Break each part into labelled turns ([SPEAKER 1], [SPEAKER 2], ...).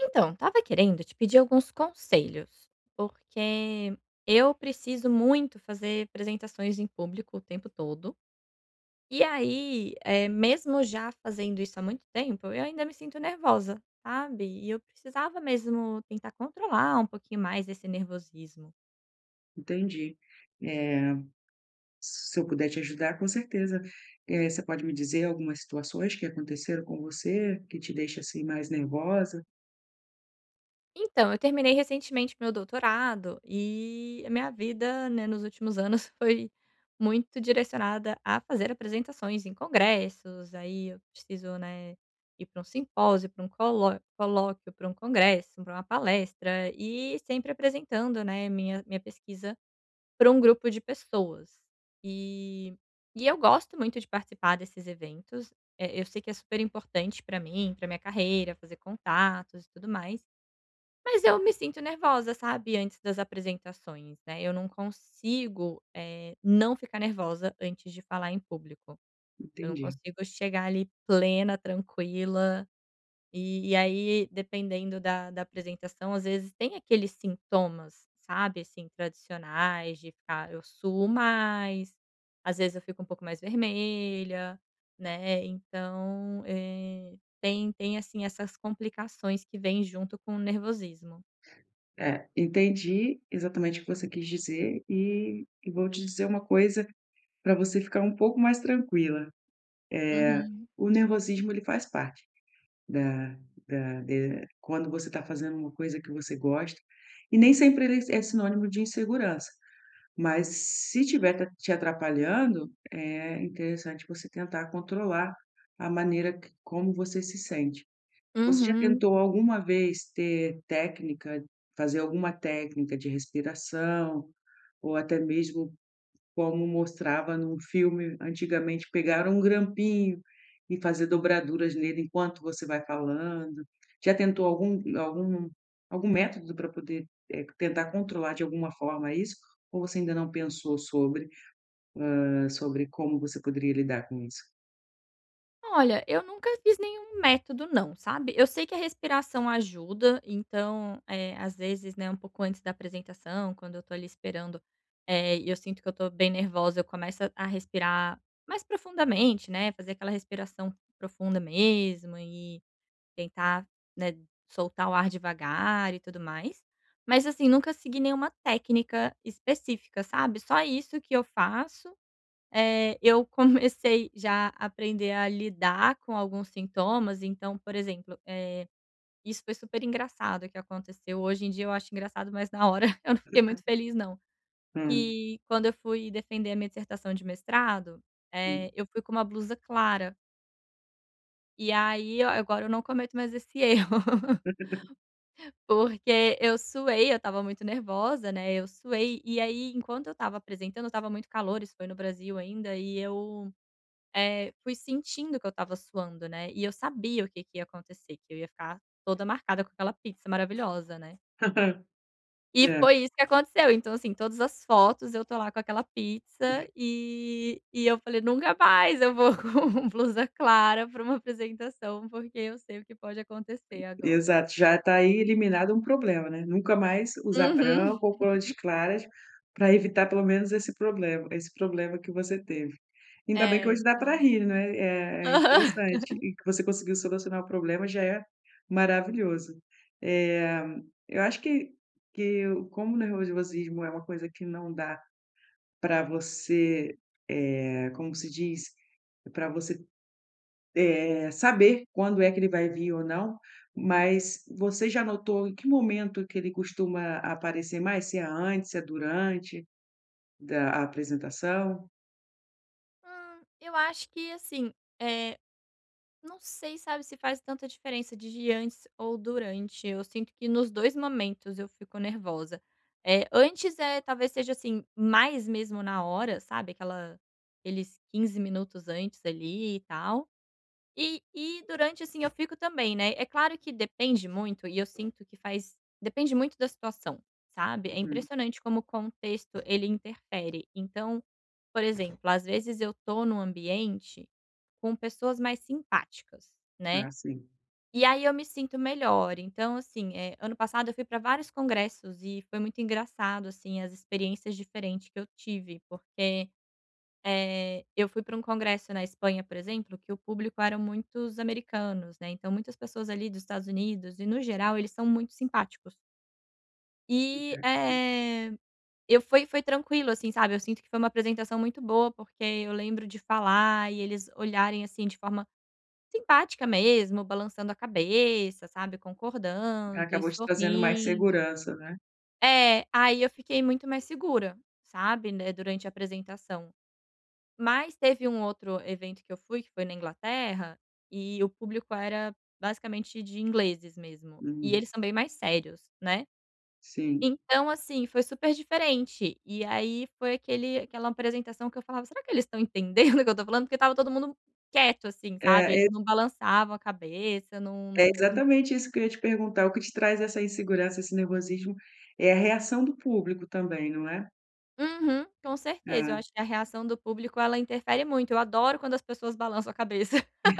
[SPEAKER 1] Então, tava querendo te pedir alguns conselhos, porque eu preciso muito fazer apresentações em público o tempo todo. E aí, mesmo já fazendo isso há muito tempo, eu ainda me sinto nervosa, sabe? E eu precisava mesmo tentar controlar um pouquinho mais esse nervosismo.
[SPEAKER 2] Entendi. Eh, Se eu puder te ajudar, com certeza. Você pode me dizer algumas situações que aconteceram com você, que te deixa, assim, mais nervosa?
[SPEAKER 1] Então, eu terminei recentemente meu doutorado e a minha vida, né, nos últimos anos foi muito direcionada a fazer apresentações em congressos. Aí eu preciso, né, ir para um simpósio, para um colóquio, para um congresso, para uma palestra e sempre apresentando, né, minha pesquisa para um grupo de pessoas. E, e eu gosto muito de participar desses eventos. É, eu sei que é super importante para mim, para minha carreira, fazer contatos e tudo mais. Mas eu me sinto nervosa, sabe, antes das apresentações, né, eu não consigo, não ficar nervosa antes de falar em público. Eu não
[SPEAKER 2] Entendi.
[SPEAKER 1] consigo chegar ali plena, tranquila, e aí dependendo da apresentação, às vezes tem aqueles sintomas, sabe, assim, tradicionais de ficar eu suo mais, às vezes eu fico um pouco mais vermelha, né, então, tem, assim, essas complicações que vêm junto com o nervosismo.
[SPEAKER 2] É, entendi exatamente o que você quis dizer e vou te dizer uma coisa para você ficar um pouco mais tranquila.
[SPEAKER 1] Uhum,
[SPEAKER 2] O nervosismo, ele faz parte da da de quando você está fazendo uma coisa que você gosta, e nem sempre ele é sinônimo de insegurança. Mas se tiver ta te atrapalhando, é interessante você tentar controlar a maneira que como você se sente. Você já
[SPEAKER 1] uhum.
[SPEAKER 2] tentou alguma vez ter técnica fazer alguma técnica de respiração, ou até mesmo como mostrava num filme antigamente, pegar um grampinho e fazer dobraduras nele enquanto você vai falando. Já tentou algum método para poder, tentar controlar de alguma forma isso, ou você ainda não pensou sobre, sobre como você poderia lidar com isso?
[SPEAKER 1] Olha, eu nunca fiz nenhum método não, sabe. Eu sei que a respiração ajuda, então, é às vezes, né, um pouco antes da apresentação, quando eu tô ali esperando, é e eu sinto que eu tô bem nervosa, eu começo a respirar mais profundamente, né, fazer aquela respiração profunda mesmo e tentar, né, soltar o ar devagar e tudo mais. Mas, assim, nunca segui nenhuma técnica específica, sabe. Só isso que eu faço. Eu comecei já a aprender a lidar com alguns sintomas, então, por exemplo, isso foi super engraçado que aconteceu, hoje em dia eu acho engraçado, mas na hora eu não fiquei muito feliz não.
[SPEAKER 2] Hã,
[SPEAKER 1] Que quando eu fui defender a minha dissertação de mestrado,
[SPEAKER 2] hum.
[SPEAKER 1] eu fui com uma blusa clara, e aí eu agora eu não cometo mais esse erro, porque eu suei, eu estava muito nervosa, né, eu suei, e aí enquanto eu estava apresentando, estava muito calor, isso foi no Brasil ainda, e eu fui sentindo que eu estava suando, né, e eu sabia o que que ia acontecer, que eu ia ficar toda marcada com aquela pizza maravilhosa, né. E
[SPEAKER 2] Hã.
[SPEAKER 1] foi isso que aconteceu, então, assim, todas as fotos eu tô lá com aquela pizza, e eu falei: "Nunca mais eu vou com blusa clara pra uma apresentação, porque eu sei o que pode acontecer agora".
[SPEAKER 2] Exato, já está aí eliminado um problema, né, nunca mais usar
[SPEAKER 1] Uhum.
[SPEAKER 2] branco ou cores claras para evitar pelo menos esse problema que você teve. Ainda bem que
[SPEAKER 1] É.
[SPEAKER 2] hoje dá para rir, né, é interessante e que você conseguiu solucionar o problema já é maravilhoso. Eh, eu acho que como o nervosismo é uma coisa que não dá para você, como se diz, para você saber quando é que ele vai vir ou não, mas você já notou em que momento que ele costuma aparecer mais? Se é antes, se é durante da apresentação?
[SPEAKER 1] Aham. Eu acho que, assim, eh não sei, sabe, se faz tanta diferença de antes ou durante. Eu sinto que nos 2 momentos eu fico nervosa. Eh, antes, é talvez seja, assim, mais mesmo na hora, sabe, aquela aqueles 15 minutos antes ali e tal. E durante, assim, eu fico também, né. É claro que depende muito e eu sinto que faz depende muito da situação, sabe. É
[SPEAKER 2] Uhum.
[SPEAKER 1] impressionante como o contexto ele interfere. Então por exemplo, às vezes eu tô num ambiente com pessoas mais simpáticas, né,
[SPEAKER 2] Ah, sim.
[SPEAKER 1] e aí eu me sinto melhor. Então assim, ano passado eu fui para vários congressos e foi muito engraçado, assim, as experiências diferentes que eu tive, porque, eu fui para um congresso na Espanha, por exemplo, que o público eram muitos americanos, né, então muitas pessoas ali dos Estados Unidos e no geral eles são muito simpáticos. E,
[SPEAKER 2] Uhum.
[SPEAKER 1] eu foi tranquilo, assim, sabe, eu sinto que foi uma apresentação muito boa, porque eu lembro de falar e eles olharem, assim, de forma simpática mesmo, balançando a cabeça, sabe, concordando e
[SPEAKER 2] Acabou te trazendo mais
[SPEAKER 1] sorrindo.
[SPEAKER 2] segurança, né.
[SPEAKER 1] É, aí eu fiquei muito mais segura, sabe, né, durante a apresentação. Mas teve um outro evento que eu fui, que foi na Inglaterra, e o público era basicamente de ingleses mesmo, e
[SPEAKER 2] Uhum.
[SPEAKER 1] eles são bem mais sérios, né.
[SPEAKER 2] Sim.
[SPEAKER 1] Então, assim, foi super diferente. E aí foi aquele aquela apresentação que eu falava: "Será que eles estão entendendo o que eu estou falando?" Porque estava todo mundo quieto, assim, sabe,
[SPEAKER 2] É, é
[SPEAKER 1] eles não balançavam a cabeça, não
[SPEAKER 2] é
[SPEAKER 1] não.
[SPEAKER 2] exatamente isso que eu ia te perguntar, o que te traz essa insegurança, esse nervosismo, é a reação do público também, não é?
[SPEAKER 1] Uhum, com certeza.
[SPEAKER 2] Ah,
[SPEAKER 1] Eu acho que a reação do público, ela interfere muito. Eu adoro quando as pessoas balançam a cabeça.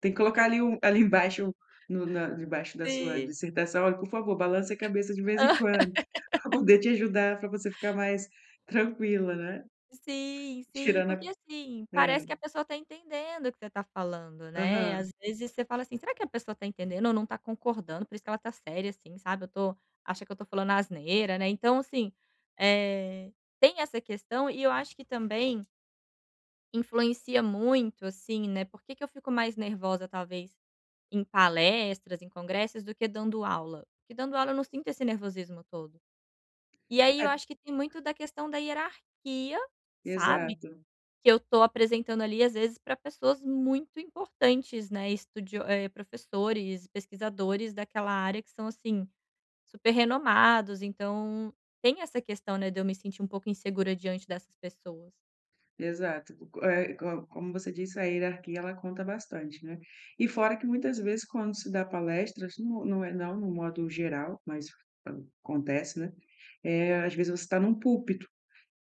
[SPEAKER 2] tem que colocar ali ali embaixo, no na debaixo da sua
[SPEAKER 1] Sim.
[SPEAKER 2] dissertação: "Olha, por favor, balance a cabeça de vez em quando", para poder te ajudar, para você ficar mais tranquila, né.
[SPEAKER 1] Sim, sim,
[SPEAKER 2] Tirando a
[SPEAKER 1] porque assim, parece
[SPEAKER 2] é,
[SPEAKER 1] que a pessoa está entendendo o que você está falando, né. Às
[SPEAKER 2] aham.
[SPEAKER 1] vezes você fala assim: "Será que a pessoa está entendendo ou não está concordando? Por isso que ela está séria assim, sabe, eu tô acha que eu estou falando asneira", né. Então assim, é tem essa questão e eu acho que também influencia muito, assim, né, por que que eu fico mais nervosa talvez em palestras, em congressos, do que dando aula? Porque dando aula eu não sinto esse nervosismo todo. E aí
[SPEAKER 2] É,
[SPEAKER 1] eu acho que tem muito da questão da hierarquia, sabe,
[SPEAKER 2] exato,
[SPEAKER 1] que eu tô apresentando ali, às vezes, para pessoas muito importantes, né, estudio professores, pesquisadores daquela área que são, assim, super renomados, então tem essa questão, né, de eu me sentir um pouco insegura diante dessas pessoas.
[SPEAKER 2] exato. Co eh, co como você disse, a hierarquia ela conta bastante, né. E fora que muitas vezes quando se dá palestras, não é não no modo geral, mas ah, acontece, né, às vezes você está num púlpito.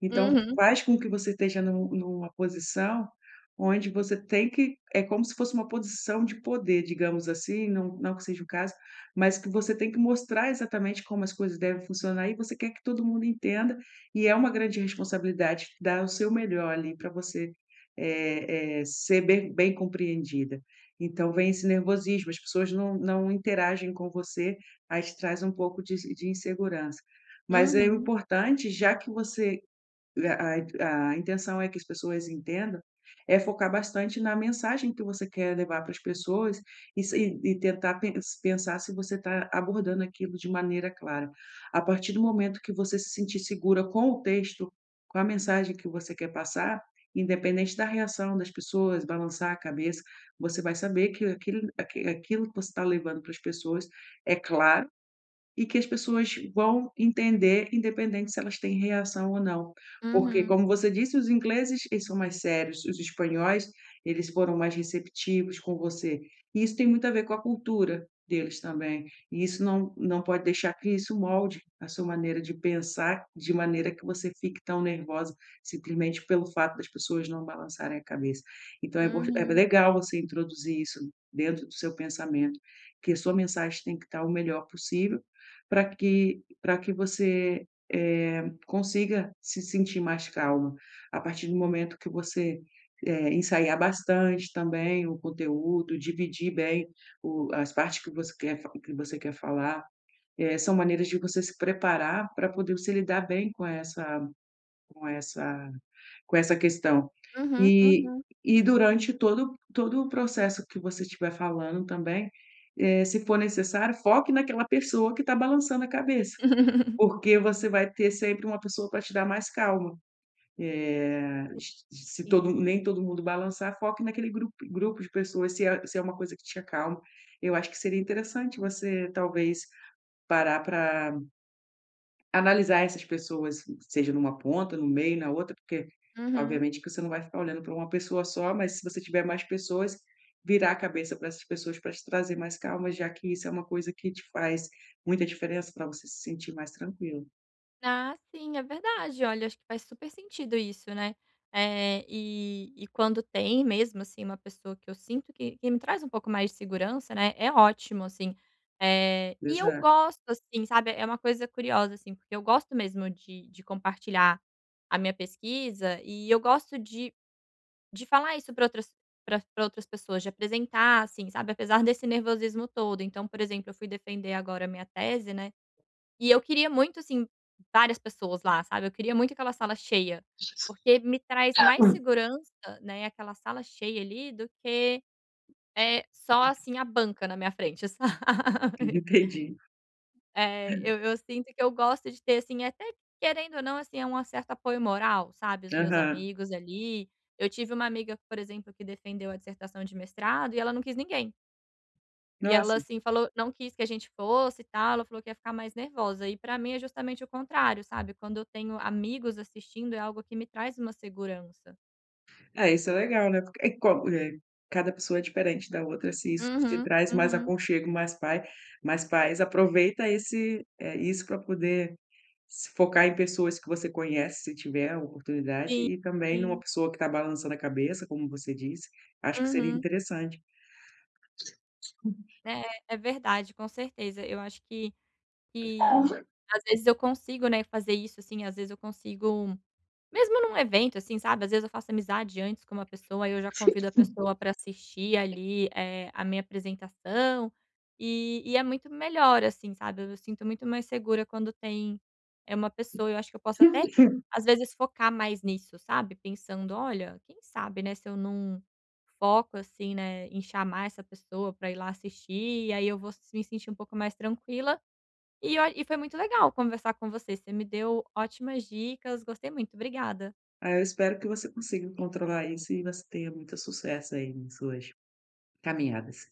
[SPEAKER 2] Então,
[SPEAKER 1] Uhum,
[SPEAKER 2] faz com que você esteja numa posição onde você tem que é como se fosse uma posição de poder, digamos assim, não que seja o caso, mas que você tem que mostrar exatamente como as coisas devem funcionar e você quer que todo mundo entenda, e é uma grande responsabilidade dar o seu melhor ali para você, ser bem compreendida. Então vem esse nervosismo, as pessoas não interagem com você, aí te traz um pouco de insegurança. Mas é
[SPEAKER 1] uhum,
[SPEAKER 2] importante, já que você a intenção é que as pessoas entendam, é focar bastante na mensagem que você quer levar para as pessoas e se e tentar pensar se você está abordando aquilo de maneira clara. A partir do momento que você se sentir segura com o texto, com a mensagem que você quer passar, independente da reação das pessoas, balançar a cabeça, você vai saber que aquilo que você está levando para as pessoas é claro e que as pessoas vão entender, independente se elas têm reação ou não. Porque,
[SPEAKER 1] uhum,
[SPEAKER 2] como você disse, os ingleses, eles são mais sérios, os espanhóis, eles foram mais receptivos com você. E isso tem muito a ver com a cultura deles também. E isso não pode deixar que isso molde a sua maneira de pensar, de maneira que você fique tão nervosa simplesmente pelo fato das pessoas não balançarem a cabeça. Então é impor é
[SPEAKER 1] uhum,
[SPEAKER 2] legal você introduzir isso dentro do seu pensamento, que a sua mensagem tem que estar o melhor possível para que você, consiga se sentir mais calma. A partir do momento que você, ensaiar bastante também o conteúdo, dividir bem o as partes que você que você quer falar, são maneiras de você se preparar para poder você lidar bem com essa com essa com essa questão.
[SPEAKER 1] uhum,
[SPEAKER 2] E
[SPEAKER 1] uhum.
[SPEAKER 2] e durante todo o processo que você estiver falando também, se for necessário, foque naquela pessoa que está balançando a cabeça. Porque você vai ter sempre uma pessoa para te dar mais calma. Eh,
[SPEAKER 1] Sim.
[SPEAKER 2] s se todo
[SPEAKER 1] Sim.
[SPEAKER 2] nem todo mundo balançar, foque naquele grupo de pessoas, se é uma coisa que te acalma. Eu acho que seria interessante você, talvez, parar para analisar essas pessoas, seja numa ponta, no meio, na outra, porque
[SPEAKER 1] Uhum.
[SPEAKER 2] obviamente que você não vai ficar olhando para uma pessoa só, mas se você tiver mais pessoas, virar a cabeça para essas pessoas para te trazer mais calma, já que isso é uma coisa que te faz muita diferença para você se sentir mais tranquilo.
[SPEAKER 1] Ah, sim, é verdade. Olha, acho que faz super sentido isso, né. E quando tem mesmo, assim, uma pessoa que eu sinto que me traz um pouco mais de segurança, né, é ótimo, assim. E eu
[SPEAKER 2] Exato.
[SPEAKER 1] gosto, assim, sabe, é uma coisa curiosa, assim, porque eu gosto mesmo de compartilhar a minha pesquisa e eu gosto de falar isso para outras pessoas, de apresentar, assim, sabe, apesar desse nervosismo todo. Então, por exemplo, eu fui defender agora a minha tese, né, e eu queria muito, assim, várias pessoas lá, sabe, eu queria muito aquela sala cheia, porque me traz mais segurança, né, aquela sala cheia ali, do que, é só, assim, a banca na minha frente, sabe.
[SPEAKER 2] Entendi.
[SPEAKER 1] Eu sinto que eu gosto de ter, assim, até querendo ou não, assim, é um certo apoio moral, sabe, os meus
[SPEAKER 2] Aham.
[SPEAKER 1] amigos ali. Eu tive uma amiga, por exemplo, que defendeu a dissertação de mestrado e ela não quis ninguém. E ela,
[SPEAKER 2] Nossa,
[SPEAKER 1] assim, falou não quis que a gente fosse e tal, ela falou que ia ficar mais nervosa. E pra mim é justamente o contrário, sabe, quando eu tenho amigos assistindo, é algo que me traz uma segurança.
[SPEAKER 2] é, isso é legal, né, porque e como eh, cada pessoa é diferente da outra, se isso te
[SPEAKER 1] Uhum,
[SPEAKER 2] traz mais
[SPEAKER 1] uhum.
[SPEAKER 2] aconchego, mais paz, aproveita isso para poder se focar em pessoas que você conhece, se tiver a oportunidade,
[SPEAKER 1] Sim,
[SPEAKER 2] e também numa
[SPEAKER 1] sim.
[SPEAKER 2] pessoa que está balançando a cabeça, como você disse, acho que seria
[SPEAKER 1] Uhum.
[SPEAKER 2] interessante.
[SPEAKER 1] É, é verdade, com certeza. Eu acho que às vezes eu consigo, né, fazer isso, assim, às vezes eu consigo mesmo num evento, assim, sabe, às vezes eu faço amizade antes com uma pessoa, aí eu já convido a pessoa para assistir ali, a minha apresentação, e é muito melhor, assim, sabe, eu me sinto muito mais segura quando tem, é uma pessoa, eu acho que eu posso até, às vezes, focar mais nisso, sabe, pensando: "Olha, quem sabe, né, se eu não foco, assim, né, em chamar essa pessoa para ir lá assistir, e aí eu vou me sentir um pouco mais tranquila". E olha, e foi muito legal conversar com você, você me deu ótimas dicas, gostei muito, obrigada.
[SPEAKER 2] Aí eu espero que você consiga controlar isso e você tenha muito sucesso aí nas suas caminhadas.